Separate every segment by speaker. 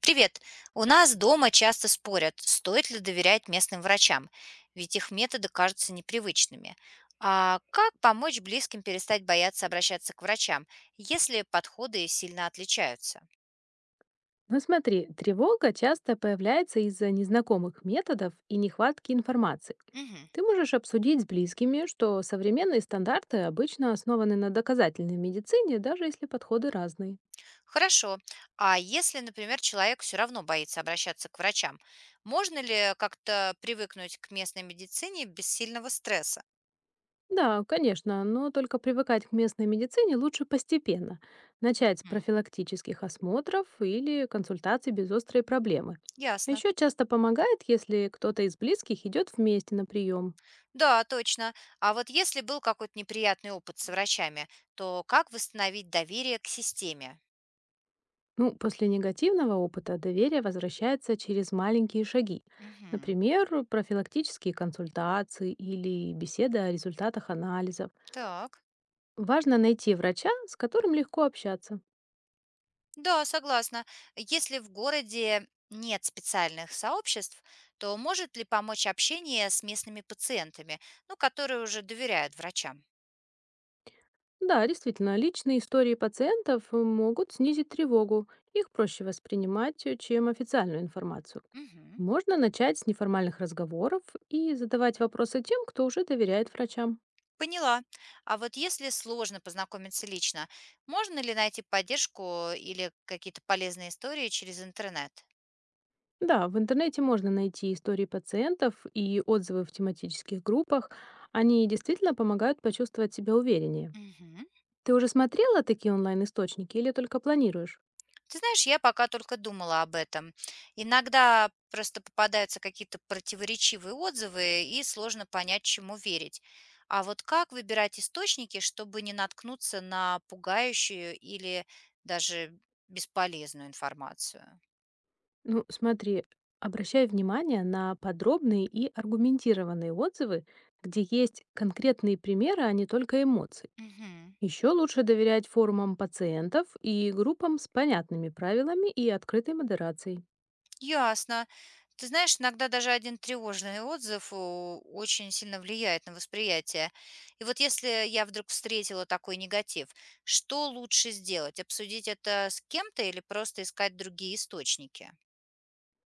Speaker 1: Привет. У нас дома часто спорят, стоит ли доверять местным врачам, ведь их методы кажутся непривычными. А как помочь близким перестать бояться обращаться к врачам, если подходы сильно отличаются?
Speaker 2: Ну смотри, тревога часто появляется из-за незнакомых методов и нехватки информации.
Speaker 1: Мгм.
Speaker 2: Ты можешь обсудить с близкими, что современные стандарты обычно основаны на доказательной медицине, даже если подходы разные.
Speaker 1: Хорошо. А если, например, человек все равно боится обращаться к врачам, можно ли как-то привыкнуть к местной медицине без сильного стресса?
Speaker 2: Да, конечно, но только привыкать к местной медицине лучше постепенно. Начать с
Speaker 1: Мгм.
Speaker 2: профилактических осмотров или консультаций без острой проблемы. А
Speaker 1: Ясно.
Speaker 2: еще часто помогает, если кто-то из близких идет вместе на прием.
Speaker 1: Да, точно. А вот если был какой-то неприятный опыт с врачами, то как восстановить доверие к системе?
Speaker 2: Ну, после негативного опыта доверие возвращается через маленькие шаги.
Speaker 1: Мгм.
Speaker 2: Например, профилактические консультации или беседы о результатах анализов.
Speaker 1: Так.
Speaker 2: Важно найти врача, с которым легко общаться.
Speaker 1: Да, согласна. Если в городе нет специальных сообществ, то может ли помочь общение с местными пациентами, ну, которые уже доверяют врачам?
Speaker 2: Да, действительно, личные истории пациентов могут снизить тревогу. Их проще воспринимать, чем официальную информацию.
Speaker 1: Мгм.
Speaker 2: Можно начать с неформальных разговоров и задавать вопросы тем, кто уже доверяет врачам.
Speaker 1: Поняла. А вот если сложно познакомиться лично, можно ли найти поддержку или какие-то полезные истории через интернет?
Speaker 2: Да, в интернете можно найти истории пациентов и отзывы в тематических группах. Они действительно помогают почувствовать себя увереннее.
Speaker 1: Мгм.
Speaker 2: Ты уже смотрела такие онлайн-источники или только планируешь?
Speaker 1: Ты знаешь, я пока только думала об этом. Иногда просто попадаются какие-то противоречивые отзывы, и сложно понять, чему верить. А вот как выбирать источники, чтобы не наткнуться на пугающую или даже бесполезную информацию?
Speaker 2: Ну, смотри, обращай внимание на подробные и аргументированные отзывы, где есть конкретные примеры, а не только эмоции.
Speaker 1: Мгм.
Speaker 2: Еще лучше доверять форумам пациентов и группам с понятными правилами и открытой модерацией.
Speaker 1: Ясно. Ты знаешь, иногда даже один тревожный отзыв очень сильно влияет на восприятие. И вот если я вдруг встретила такой негатив, что лучше сделать? Обсудить это с кем-то или просто искать другие источники?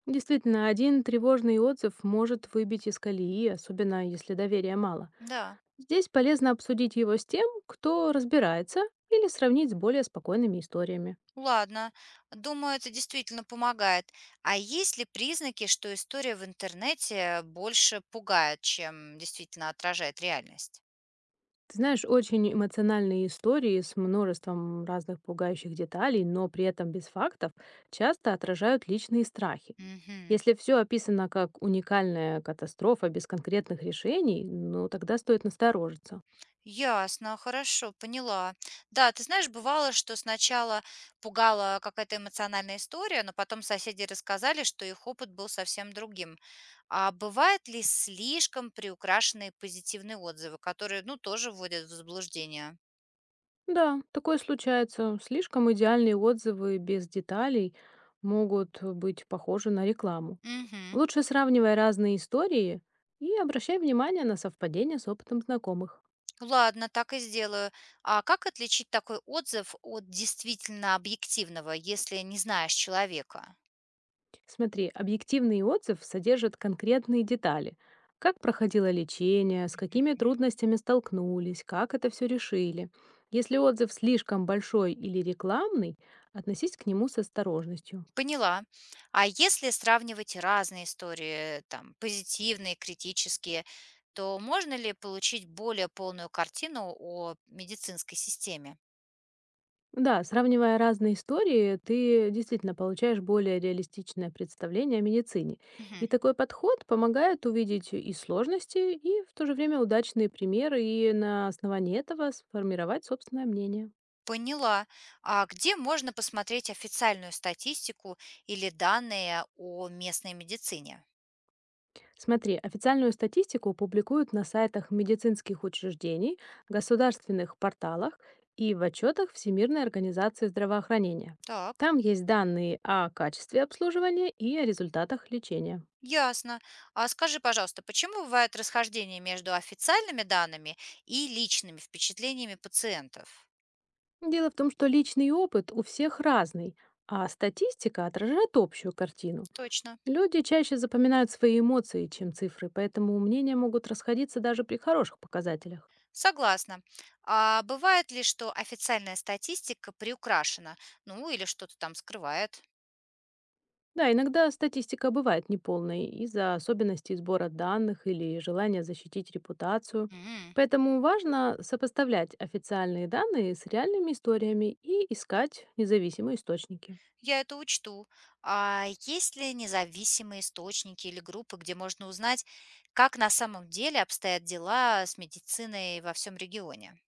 Speaker 2: Действительно, один тревожный отзыв может выбить из колеи, особенно если доверия мало.
Speaker 1: Да.
Speaker 2: Здесь полезно обсудить его с тем, кто разбирается, или сравнить с более спокойными историями.
Speaker 1: Ладно, думаю, это действительно помогает. А есть ли признаки, что история в интернете больше пугает, чем действительно отражает реальность?
Speaker 2: Ты знаешь, очень эмоциональные истории с множеством разных пугающих деталей, но при этом без фактов, часто отражают личные страхи.
Speaker 1: Мгм.
Speaker 2: Если все описано как уникальная катастрофа без конкретных решений, ну тогда стоит насторожиться.
Speaker 1: Ясно, хорошо, поняла. Да, ты знаешь, бывало, что сначала пугала какая-то эмоциональная история, но потом соседи рассказали, что их опыт был совсем другим. А бывают ли слишком приукрашенные позитивные отзывы, которые, ну, тоже вводят в заблуждение?
Speaker 2: Да, такое случается. Слишком идеальные отзывы без деталей могут быть похожи на рекламу.
Speaker 1: Мгм.
Speaker 2: Лучше сравнивай разные истории и обращай внимание на совпадения с опытом знакомых.
Speaker 1: Ладно, так и сделаю. А как отличить такой отзыв от действительно объективного, если не знаешь человека?
Speaker 2: Смотри, объективный отзыв содержит конкретные детали. Как проходило лечение, с какими трудностями столкнулись, как это все решили. Если отзыв слишком большой или рекламный, относись к нему с осторожностью.
Speaker 1: Поняла. А если сравнивать разные истории, там, позитивные, критические, то можно ли получить более полную картину о медицинской системе?
Speaker 2: Да, сравнивая разные истории, ты действительно получаешь более реалистичное представление о медицине.
Speaker 1: Мгм.
Speaker 2: И такой подход помогает увидеть и сложности, и в то же время удачные примеры, и на основании этого сформировать собственное мнение.
Speaker 1: Поняла. А где можно посмотреть официальную статистику или данные о местной медицине?
Speaker 2: Смотри, официальную статистику публикуют на сайтах медицинских учреждений, государственных порталах и в отчетах Всемирной организации здравоохранения.
Speaker 1: Так,
Speaker 2: Там есть данные о качестве обслуживания и о результатах лечения.
Speaker 1: ясно. А скажи, пожалуйста, почему бывают расхождения между официальными данными и личными впечатлениями пациентов?
Speaker 2: Дело в том, что личный опыт у всех разный, а статистика отражает общую картину.
Speaker 1: Точно.
Speaker 2: Люди чаще запоминают свои эмоции, чем цифры, поэтому мнения могут расходиться даже при хороших показателях.
Speaker 1: Согласна. А бывает ли, что официальная статистика приукрашена, ну или что-то там скрывает?
Speaker 2: Да, иногда статистика бывает неполной из-за особенностей сбора данных или желания защитить репутацию.
Speaker 1: М.
Speaker 2: Поэтому важно сопоставлять официальные данные с реальными историями и искать независимые источники.
Speaker 1: Я это учту. А есть ли независимые источники или группы, где можно узнать, как на самом деле обстоят дела с медициной во всем регионе?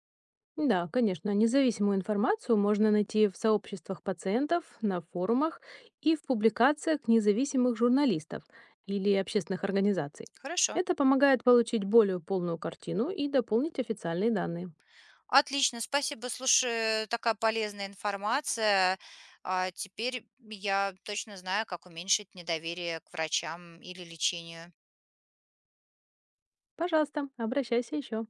Speaker 2: Да, конечно, независимую информацию можно найти в сообществах пациентов, на форумах и в публикациях независимых журналистов или общественных организаций.
Speaker 1: Хорошо.
Speaker 2: Это помогает получить более полную картину и дополнить официальные данные.
Speaker 1: Отлично, спасибо. Слушай, такая полезная информация. А теперь я точно знаю, как уменьшить недоверие к врачам или лечению.
Speaker 2: Пожалуйста, обращайся еще.